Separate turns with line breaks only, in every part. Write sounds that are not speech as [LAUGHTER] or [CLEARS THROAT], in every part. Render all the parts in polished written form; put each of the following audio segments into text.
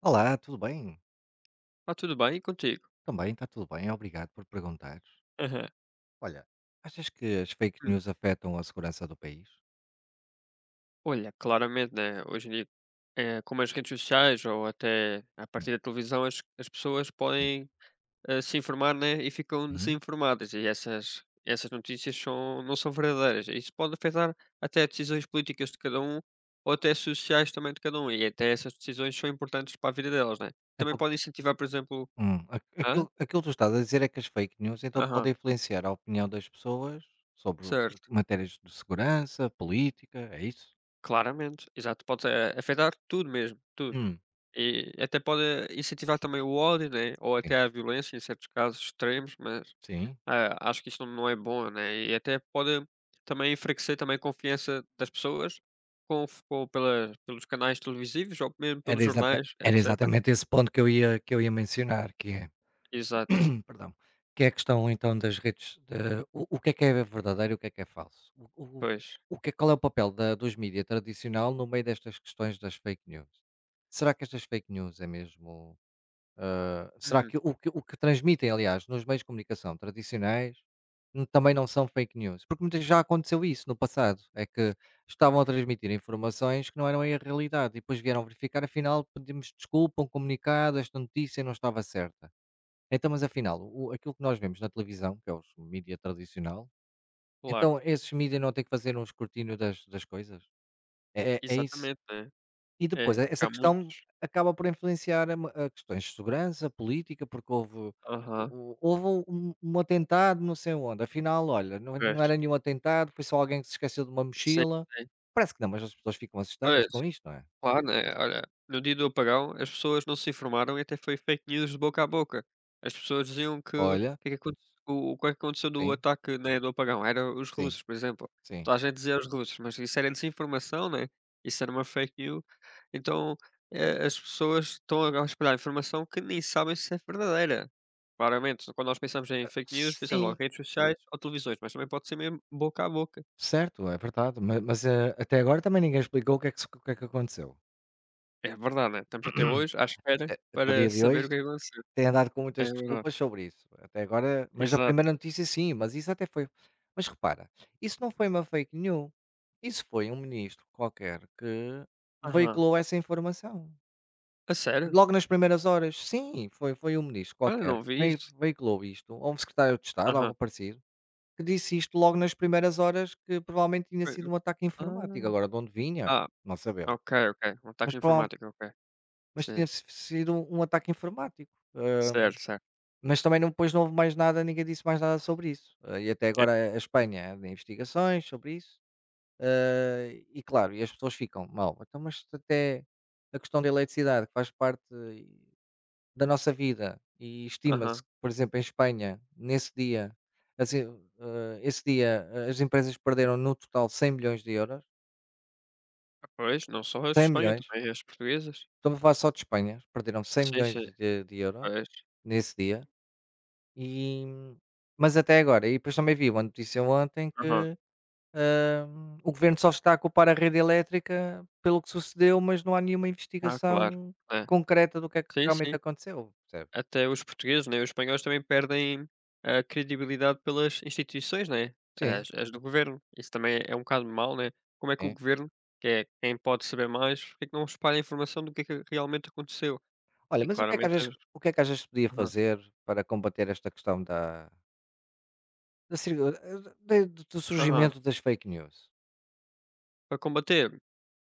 Olá, tudo bem?
Está tudo bem e contigo?
Também está tudo bem, obrigado por perguntar.
Aham.
Olha, achas que as fake
Hum.
news afetam a segurança do país?
Olha, claramente, né, hoje em dia, como as redes sociais ou até a
Hum,
partir da televisão, as pessoas
sim.
podem se informar, né, e ficam
Hum?
desinformadas. E essas notícias não são verdadeiras. Isso pode afetar até decisões políticas de cada um ou até sociais também de cada um. E até essas decisões são importantes para a vida delas, né? Também
Então,
pode incentivar, por exemplo. Hã?
aquilo que tu estás a dizer é que as fake news então podem
Aham,
influenciar a opinião das pessoas sobre
certo.
matérias de segurança, política, é isso?
Claramente, exato. Pode afetar tudo mesmo, tudo.
Hum,
E até pode incentivar também o ódio, né, ou
sim.
até a violência em certos casos extremos, mas,
Sim.
acho que isso não é bom, né, e até pode também enfraquecer também a confiança das pessoas com com pela pelos canais televisivos ou mesmo
Era,
pelos
exata-
jornais,
era
etcétera.
exatamente esse ponto que eu ia, mencionar, que é.
Exato,
Perdão, que é a questão então das redes, o que é verdadeiro e o que é falso? O o
pois.
o que é, qual é o papel da dos mídia tradicional no meio destas questões das fake news? Será que estas fake news é mesmo, será
Uhum,
que o que transmitem, aliás, nos meios de comunicação tradicionais, também não são fake news? Porque muitas, já aconteceu isso no passado, é que estavam a transmitir informações que não eram a realidade e depois vieram verificar, afinal pedimos desculpa, um comunicado, esta notícia não estava certa. Então, mas afinal, o aquilo que nós vemos na televisão, que é os mídia tradicional,
claro,
então esses mídia não têm que fazer um escrutínio das coisas? É isso?
exatamente, né.
E depois,
É, porque
essa
há
questão
muitos.
acaba por influenciar a ma, a questões de segurança, política, porque
Aham,
houve um atentado não sei onde, afinal, olha, não
pois.
era nenhum atentado, foi só alguém que se esqueceu de uma
Sim,
mochila.
sim.
Parece que não, mas as pessoas ficam assustadas
Pois.
com isto, não é?
Claro, né? Olha, no dia do apagão as pessoas não se informaram e até foi fake news de boca a boca. As pessoas diziam que o
Olha,
que é que o que é que aconteceu do
sim,
ataque, né, do apagão era os
sim,
russos, por exemplo.
sim.
Toda a gente dizia os russos, mas isso era desinformação, né? Isso era uma fake news. Então, as pessoas estão a espalhar informação que nem sabem se é verdadeira. Claramente, quando nós pensamos em fake news, pensamos logo
Sim.
em redes sociais ou televisões, mas também pode ser mesmo boca a boca.
Certo, é verdade, ma mas, até agora também ninguém explicou o que é que se o que é que aconteceu.
É verdade, né? Estamos até
[CLEARS THROAT]
hoje à espera
Até o
para
dia de
saber
hoje
o que aconteceu.
tem andado com
É
muitas
verdade,
desculpas sobre isso. Até agora, mas a
exato.
primeira notícia, sim, mas isso até foi, mas repara, isso não foi uma fake news, isso foi um ministro qualquer que
Aham.
veiculou essa informação.
A sério?
Logo nas primeiras horas. Sim, foi um ministro
Olha,
qualquer
não
que
vi isso.
veiculou isto, ou um secretário de Estado,
Aham.
algo parecido. Que disse isto logo nas primeiras horas que provavelmente tinha
Foi
sido um ataque informático,
ah,
agora de onde vinha,
ah,
não sabemos,
ok, ok. Um
mas
ataque
prova
informático, ok.
mas
Sim.
tinha si sido um ataque informático, hã,
Certo, certo.
mas também, depois não houve mais nada, ninguém disse mais nada sobre isso, e até
É.
agora a Espanha é de investigações sobre isso, hã, e claro, e as pessoas ficam: "Mal, então, mas até a questão da eletricidade que faz parte da nossa vida". E estima-se
Aham.
que, por exemplo, em Espanha, nesse dia, assim, as empresas perderam no total 100.000.000€,
Pois, não só as de Espanha,
100.000.000,
também as portuguesas.
estamos a falar só de Espanha, perderam
Sim,
100.000.000
sim.
de euros
Pois.
nesse dia, e mas até agora, e depois também vi uma notícia ontem
Aham.
que, hã, o governo só está a culpar a rede elétrica pelo que sucedeu, mas não há nenhuma
Ah, claro.
investigação
É.
concreta do que é que
Sim,
realmente
sim.
aconteceu, percebe?
Até os portugueses, né, os espanhóis também perdem a credibilidade pelas instituições, né,
Sim,
as do governo. Isso também é um bocado mau, né, como é que o
sim.
governo, que é quem pode saber mais, porque é que não espalha a informação do que é que realmente aconteceu?
Olha,
E
mas
claramente as
o que é que às vezes podia
Aham,
fazer para combater esta questão da da circu da do do
aham,
surgimento das fake news?
para combater,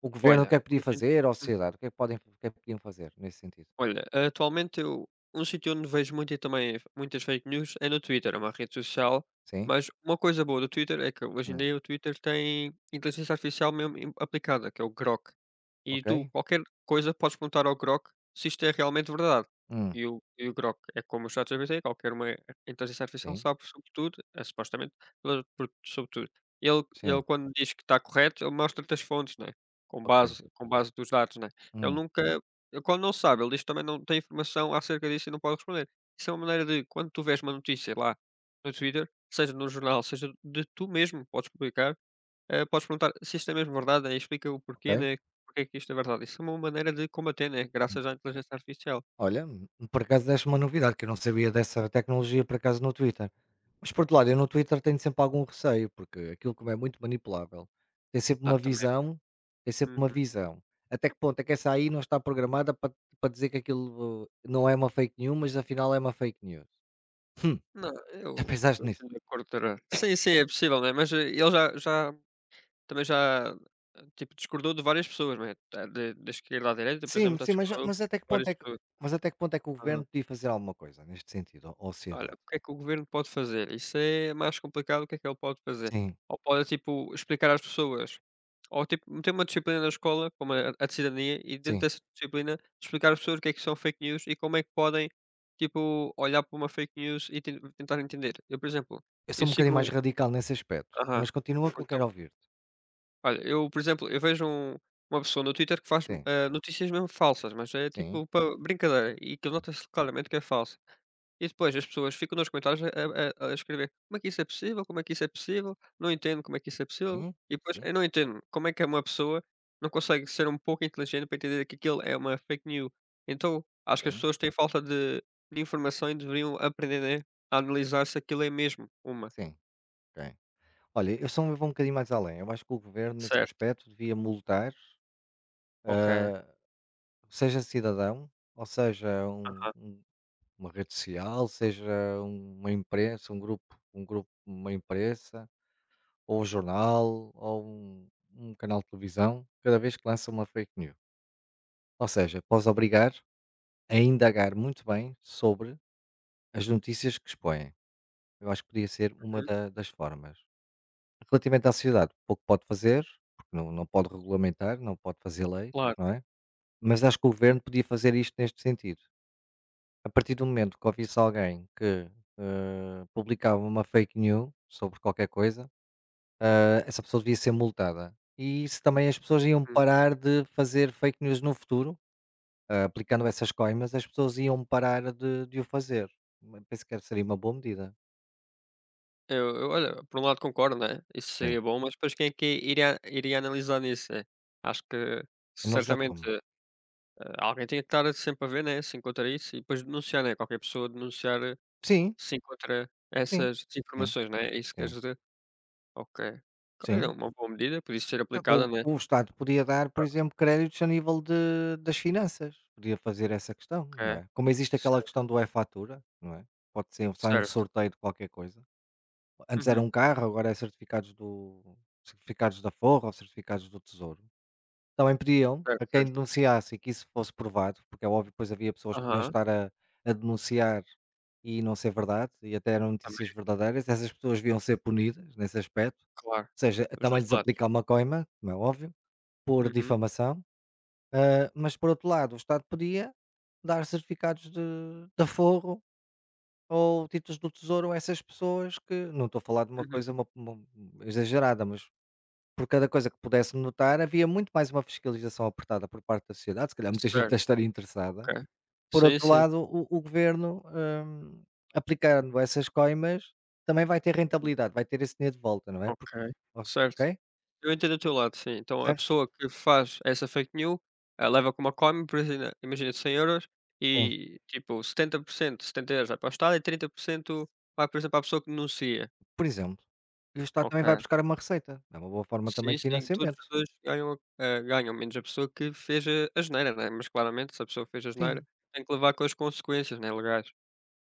O governo, o
olha,
que é que podia
hoje
fazer, ou a sociedade, o que é que podiam fazer nesse sentido?
Olha, atualmente eu um sítio onde vejo muito e também muitas fake news é no Twitter, é uma rede social.
Sim?
Mas uma coisa boa do Twitter é que hoje em
Hum,
dia o Twitter tem inteligência artificial mesmo aplicada, que é o Grok. E tu,
ok.
qualquer coisa, podes perguntar ao Grok se isto é realmente verdade.
Hum,
E o Grok é como o ChatGPT, qualquer uma inteligência artificial
sim,
sabe sobre tudo, é, supostamente, sobre tudo. Ele,
sim,
quando diz que está correto, ele mostra-te as fontes, né? com,
ok.
base, com base dos dados, né? Ele
Hum,
nunca ele quando não sabe, ele diz que também não tem informação acerca disso e não pode responder. Isso é uma maneira de quando tu vês uma notícia lá no Twitter, seja no jornal, seja de tu mesmo, podes publicar, podes perguntar se isto é mesmo verdade, né, explica o porquê,
ok.
né, porque é que isto é verdade. Isso é uma maneira de combater, né, graças à inteligência artificial.
Olha, por acaso deste uma novidade, que eu não sabia dessa tecnologia, por acaso, no Twitter. Mas, por outro lado, eu no Twitter tenho sempre algum receio, porque aquilo, como é muito manipulável, tem sempre
Ah,
uma
também.
visão tem sempre uma
Uhum.
visão. Até que ponto é que essa aí não está programada para dizer que aquilo, não é uma fake news, mas afinal é uma fake news. Hum,
Não,
[LAUGHS] já
eu
pensaste
eu
nisso?
estou de acordo. Terá. Sim, sim, é possível, né, mas, ele já, tipo, discordou de várias pessoas, né, da esquerda à direita, por
Sim,
exemplo, já
sim,
discordou de
mas até que
várias
ponto é que
pessoas.
mas até que ponto é que o governo podia fazer alguma coisa neste sentido, ou a
Olha, o
sociedade?
que é que o governo pode fazer? Isso é mais complicado, o que é que ele pode fazer?
Sim,
Ou pode, tipo, explicar às pessoas, ou tipo, meter uma disciplina na escola, como a de cidadania, e dentro
sim.
dessa disciplina explicar às pessoas o que é que são fake news e como é que podem, tipo, olhar para uma fake news e tentar entender. Eu, por exemplo,
Eu sou
eu
um bocadinho
sigo
mais
um.
radical nesse aspecto,
Aham.
mas continua que
Ou
eu
Então,
quero ouvir-te.
olha, eu, por exemplo, eu vejo uma pessoa no Twitter que faz
Sim.
notícias mesmo falsas, mas é
Sim,
tipo para brincadeira, e que
sim,
nota-se claramente que é falso. E depois as pessoas ficam nos comentários a escrever: "Como é que isso é possível? Como é que isso é possível? Não entendo como é que isso é possível".
sim,
E depois
sim,
eu não entendo como é que é uma pessoa não consegue ser um pouco inteligente para entender que aquilo é uma fake news. Então, acho que as
sim,
pessoas têm falta de informação e deveriam aprender, né, a analisar se aquilo é mesmo uma.
sim, tem. Olha, eu só me vou um bocadinho mais além. Eu acho que o governo, nesse
Certo,
aspecto, devia multar,
ok.
seja cidadão, ou seja,
Aham.
uma rede social, seja uma imprensa, um grupo, uma imprensa, ou um jornal, ou um canal de televisão, cada vez que lança uma fake news. Ou seja, pode obrigar a indagar muito bem sobre as notícias que expõem. Eu acho que podia ser uma
Uhum.
das formas. Relativamente à sociedade, pouco pode fazer, porque não pode regulamentar, não pode fazer lei,
Claro.
não é? Mas acho que o governo podia fazer isto neste sentido. A partir do momento que ouvisse alguém que, publicava uma fake news sobre qualquer coisa, essa pessoa devia ser multada. E se, também as pessoas iam
Hum.
parar de fazer fake news no futuro, aplicando essas coimas, as pessoas iam parar de o fazer. Mas penso que seria uma boa medida.
Eu olha, por um lado concordo, né, isso
Sim.
seria bom, mas depois quem é que iria analisar nisso, né? Acho que
Analisar
certamente
como.
Alguém tem que estar sempre a ver, né, se encontra isso e depois denunciar, né, qualquer pessoa denunciar
Sim,
se encontra
sim,
essas
sim,
desinformações, né, é isso que queres
sim.
dizer? Ok. Olha, é
Sim,
uma boa medida, podia ser
é, ou
aplicada, né.
o Estado podia dar, por exemplo, créditos a nível de das finanças, podia fazer essa questão,
Ok,
não é? Como existe aquela
cer
questão do e-fatura, não é? Pode ser sai um
certo.
sorteio de qualquer coisa. Antes era
Uhum.
um carro, agora é certificados do certificados da Forra ou certificados do Tesouro. Também pediam
Certo,
a quem
certo.
denunciasse e que isso fosse provado, porque é óbvio, depois havia pessoas que podiam
Aham.
estar a denunciar e não ser verdade, e até eram notícias
Também,
verdadeiras, essas pessoas deviam ser punidas nesse aspecto,
claro.
ou seja,
Dos
também
dois
lhes
lados.
aplicar uma coima, como é óbvio, por
Uhum,
difamação, mas por outro lado, o Estado podia dar certificados de aforro ou títulos do tesouro a essas pessoas, que não estou a falar de uma
uhum.
coisa uma exagerada, mas por cada coisa que pudesse notar, havia muito mais uma fiscalização apertada por parte da sociedade, se calhar muita gente até
Certo,
estaria interessada.
ok.
Por
Sim,
outro
sim.
lado, o governo, aplicando essas coimas, também vai ter
Uhum.
rentabilidade, vai ter esse dinheiro de volta, não é, porque
Ok,
o
certo.
ok?
Eu entendo o teu lado, sim. Então a
Percebes?
pessoa que faz essa fake news, leva por exemplo, imagina 100 €
Sim.
e tipo setenta 70€ vai para o Estado e 30% vai, por exemplo, à pessoa que denuncia.
Por exemplo, e o Estado também vai
Ok.
buscar uma receita, é uma boa forma também
Sim,
de
sim, todos
financiamento.
os dois ganham, menos a pessoa que fez a asneira, né. Mas claramente se a pessoa fez a asneira,
Sim,
tem que levar com as consequências, né, legais.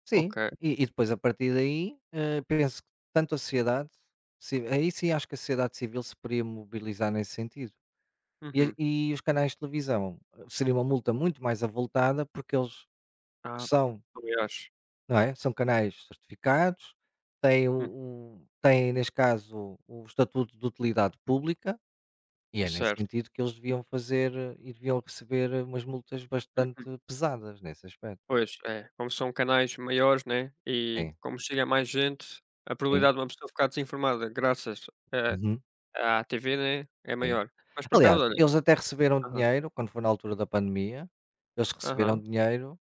sim.
Ok.
E depois, a partir daí, penso que, tanto a sociedade, ci aí sim, acho que a sociedade civil se poderia mobilizar nesse sentido. E
Uhum.
e os canais de televisão, seria uma multa muito mais avultada, porque eles
Ah,
são,
aliás.
não é, são canais certificados, têm
Hum,
o têm, neste caso, o estatuto de utilidade pública. E é nesse
certo.
sentido que eles deviam fazer, e deviam receber, umas multas
Uhum.
bastante pesadas nesse aspecto.
Pois, é, como são canais maiores, né, e
Sim,
como chega a mais gente, a
sim,
probabilidade de uma pessoa ficar desinformada graças a
uhum,
à TV, né, é
sim.
maior. Mas por acaso,
Aliás,
olha,
eles até receberam
aham,
dinheiro quando foi na altura da pandemia, eles receberam
aham,
dinheiro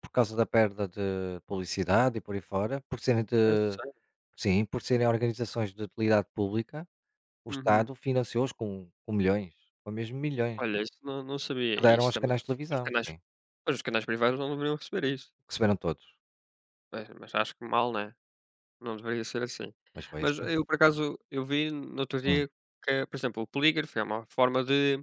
por causa da perda de publicidade e por aí fora, por serem
a
de
sério?
sim, por serem organizações de utilidade pública, o
Uhum.
Estado financiou-os com, milhões, ou mesmo milhões,
Olha, isso não sabia.
que deram
Isso
aos
também,
canais de
os
televisão,
canais
sim.
pois os canais privados não deveriam receber isso.
Receberam todos,
Mas acho que mal, né, não deveria ser assim.
mas foi
Mas
assim.
eu, por acaso, eu vi no outro
Hum,
dia que, por exemplo, o polígrafo é uma forma de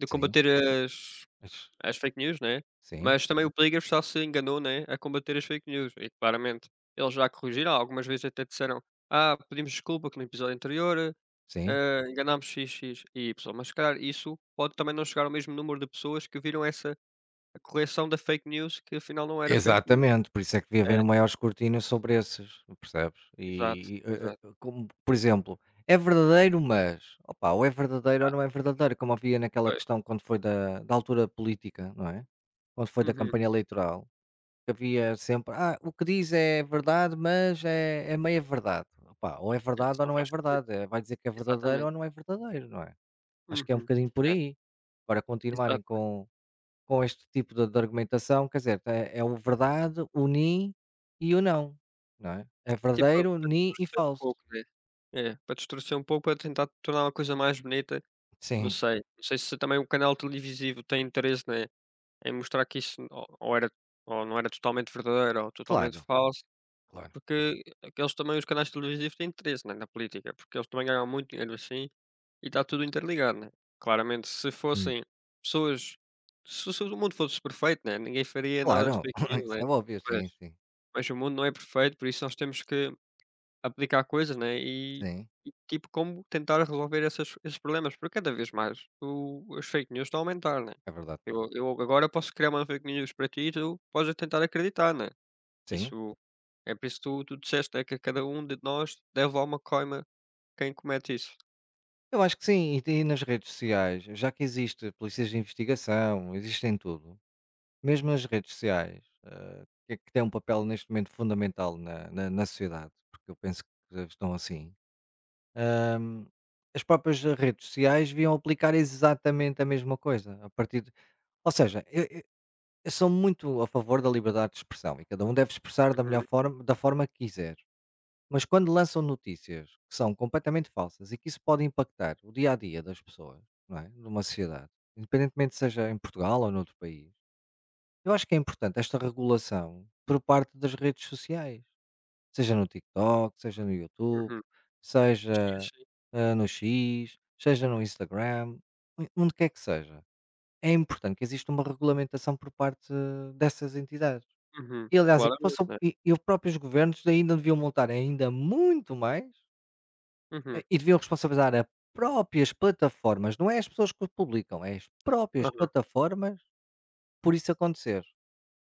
de
sim,
combater as
mas
As fake news, né?
sim,
Mas também o Pligas só se enganou, né, a combater as fake news e claramente eles já corrigiram, algumas vezes até disseram: Pedimos desculpa que no episódio anterior,
sim.
enganámos x, x e y", mas se calhar isso pode também não chegar ao mesmo número de pessoas que viram essa a correção da fake news que afinal não era fake news.
Exatamente, por isso é que devia
É,
haver maiores cortinas sobre esses, percebes?
exato,
E, e, eh, eh,
exato.
eh, como, por exemplo, é verdadeiro, mas opa, ou é verdadeiro ou
Ah,
não é verdadeiro, como havia naquela
pois.
questão quando foi da altura política, não é? Quando foi da
Uhum.
campanha eleitoral, que havia sempre, o que diz é verdade, mas é meia verdade. Opa, ou é
É,
verdade
isso
ou
não
não é
faz sentido.
verdade, vai dizer que é verdadeiro
Exatamente.
ou não é verdadeiro, não é? Acho que é um
Uhum.
bocadinho por
É,
aí. Agora continuarem
exato.
com este tipo de argumentação, quer dizer, é o verdade, o ni, e o não, não é? É
É tipo
verdadeiro,
para
ni e
distorcer um
falso.
pouco, né? É, para distorcer um pouco, para tentar tornar uma coisa mais bonita. Não
Sim,
sei, não sei se também o canal televisivo tem interesse, né, em mostrar que isso ou era ou não era totalmente verdadeiro ou totalmente
claro,
falso,
claro.
porque aqueles também os canais televisivos têm interesse, né, na política, porque eles também ganham muito dinheiro assim, e está tudo interligado, né. Claramente
Hum,
pessoas se o mundo fosse perfeito, né, ninguém faria nada de
claro, [COUGHS]
fake
[LAUGHS]
news,
isso
né,
é óbvio,
mas
sim, sim,
mas o mundo não é perfeito, por isso nós temos que aplicar coisas, né, e
sim,
e tipo como tentar resolver essas esses problemas, porque cada vez mais o as fake news estão a aumentar, né.
é verdade.
Eu agora posso criar uma fake news para ti e tu podes tentar acreditar, né.
Sim,
Isso é por isso que tu disseste, né, que cada um de nós deve alguma coima quem comete isso.
eu acho que sim, e nas redes sociais, já que existe polícias de investigação, existem tudo, mesmo as redes sociais, que têm um papel, neste momento, fundamental na sociedade, porque eu penso que estão assim. hum, as próprias redes sociais deviam aplicar exatamente a mesma coisa. Ou seja, eu sou muito a favor da liberdade de expressão e cada um deve expressar da melhor
Uhum,
forma, da forma que quiser. Mas quando lançam notícias que são completamente falsas e que isso pode impactar o dia a dia das pessoas, não é? Numa sociedade, independentemente seja em Portugal ou noutro país, eu acho que é importante esta regulação por parte das redes sociais. Seja no TikTok, seja no YouTube,
uhum. Sim,
seja,
sim.
no X, seja no Instagram, on onde quer que seja. É importante que exista uma regulamentação por parte dessas entidades.
Uhum.
E aliás, e que
Claramente,
fossem
né.
e os próprios governos ainda deviam montar ainda muito mais,
Uhum.
e deviam responsabilizar as próprias plataformas, não é as pessoas que o publicam, é as próprias
Aham.
plataformas, por isso acontecer.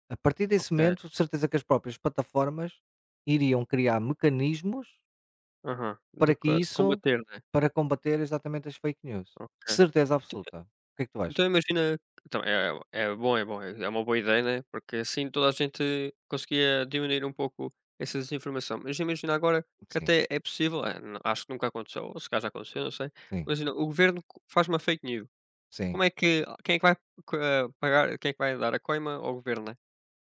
A partir desse
Ok.
momento, de certeza que as próprias plataformas iriam criar mecanismos
Aham. De
Para que
co
isso
combater, né.
para combater exatamente as fake news.
Ok.
Certeza absoluta. O que é que tu achas?
Então imagina, então é bom, é bom, é uma boa ideia, né, porque assim toda a gente conseguia diminuir um pouco essa desinformação. Mas imagina agora que
Sim,
até é possível, eh, n acho que nunca aconteceu, ou se calhar já aconteceu, não sei.
sim,
Imagina, o governo co faz uma fake news,
sim.
como é que quem é que vai pagar quem é que vai dar a coima ao governo, né?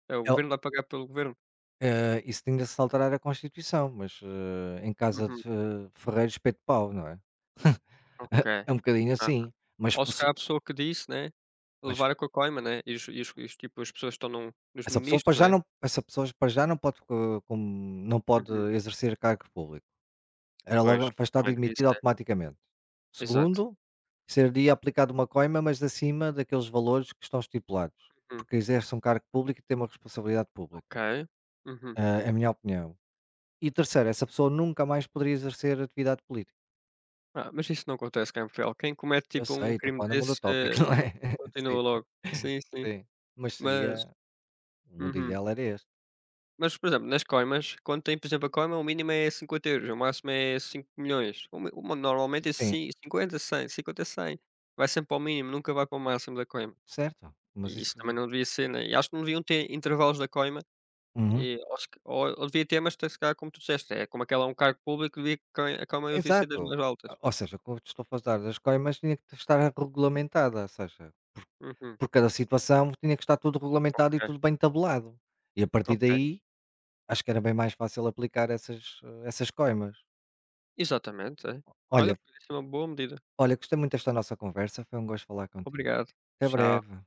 É o
Eu
governo vai pagar pelo governo?
isso tinha de se alterar a Constituição, mas, em casa
Uhum,
de ferreiro, espeto de pau, não é? [LAUGHS]
ok.
É um bocadinho
Ah,
assim, mas
ou se
possu
calhar a pessoa que disse, né,
mas
levar com a coima, né, e os tipo, as pessoas estão num nos
essa pessoa,
ministros, né?
para já não pode, co com não pode
Uhum,
exercer cargo público. Era logo
pois,
afastado
olha,
e
isso
demitido
é
automaticamente.
exato.
Segundo, seria aplicado uma coima, mas acima daqueles valores que estão estipulados,
Hum,
porque exerce um cargo público e tem uma responsabilidade pública,
ok. Uhum.
é a minha opinião. E terceiro, essa pessoa nunca mais poderia exercer atividade política.
Ah, mas isso não acontece cá em Portugal. Quem comete,
Eu
tipo,
sei,
um
estou
crime
falando no mundo
desses,
utópico, [LAUGHS] não é? Sim,
continua logo. Sim, sim.
sim, mas
Mas
seria o mundo
uhum.
ideal era este.
Mas, por exemplo, nas coimas, quando tem, por exemplo, a coima, o mínimo é 50€, o máximo é 5.000.000. O normalmente é
Sim,
50, 100. 50, 100. Vai sempre ao mínimo, nunca vai para o máximo da coima.
certo, mas
E
isso.
isso também não devia ser, né. E acho que não deviam ter intervalos da coima,
Uhum.
e acho que ou devia ter, mas se calhar como tu disseste, é como aquela é um cargo público, devia que a coima devia ser das
Exato.
mais altas.
Ou seja, quando estou a falar das coimas, tinha que estar regulamentada, ou seja,
Uhum.
por cada situação tinha que estar tudo regulamentado e
Ok,
tudo bem tabelado. E a partir
ok.
daí, acho que era bem mais fácil aplicar essas coimas.
Exatamente, é. Olha,
Olha
parece uma boa medida.
olha, gostei muito desta nossa conversa, foi um gosto falar contigo.
Obrigado.
Até
Tchau.
breve.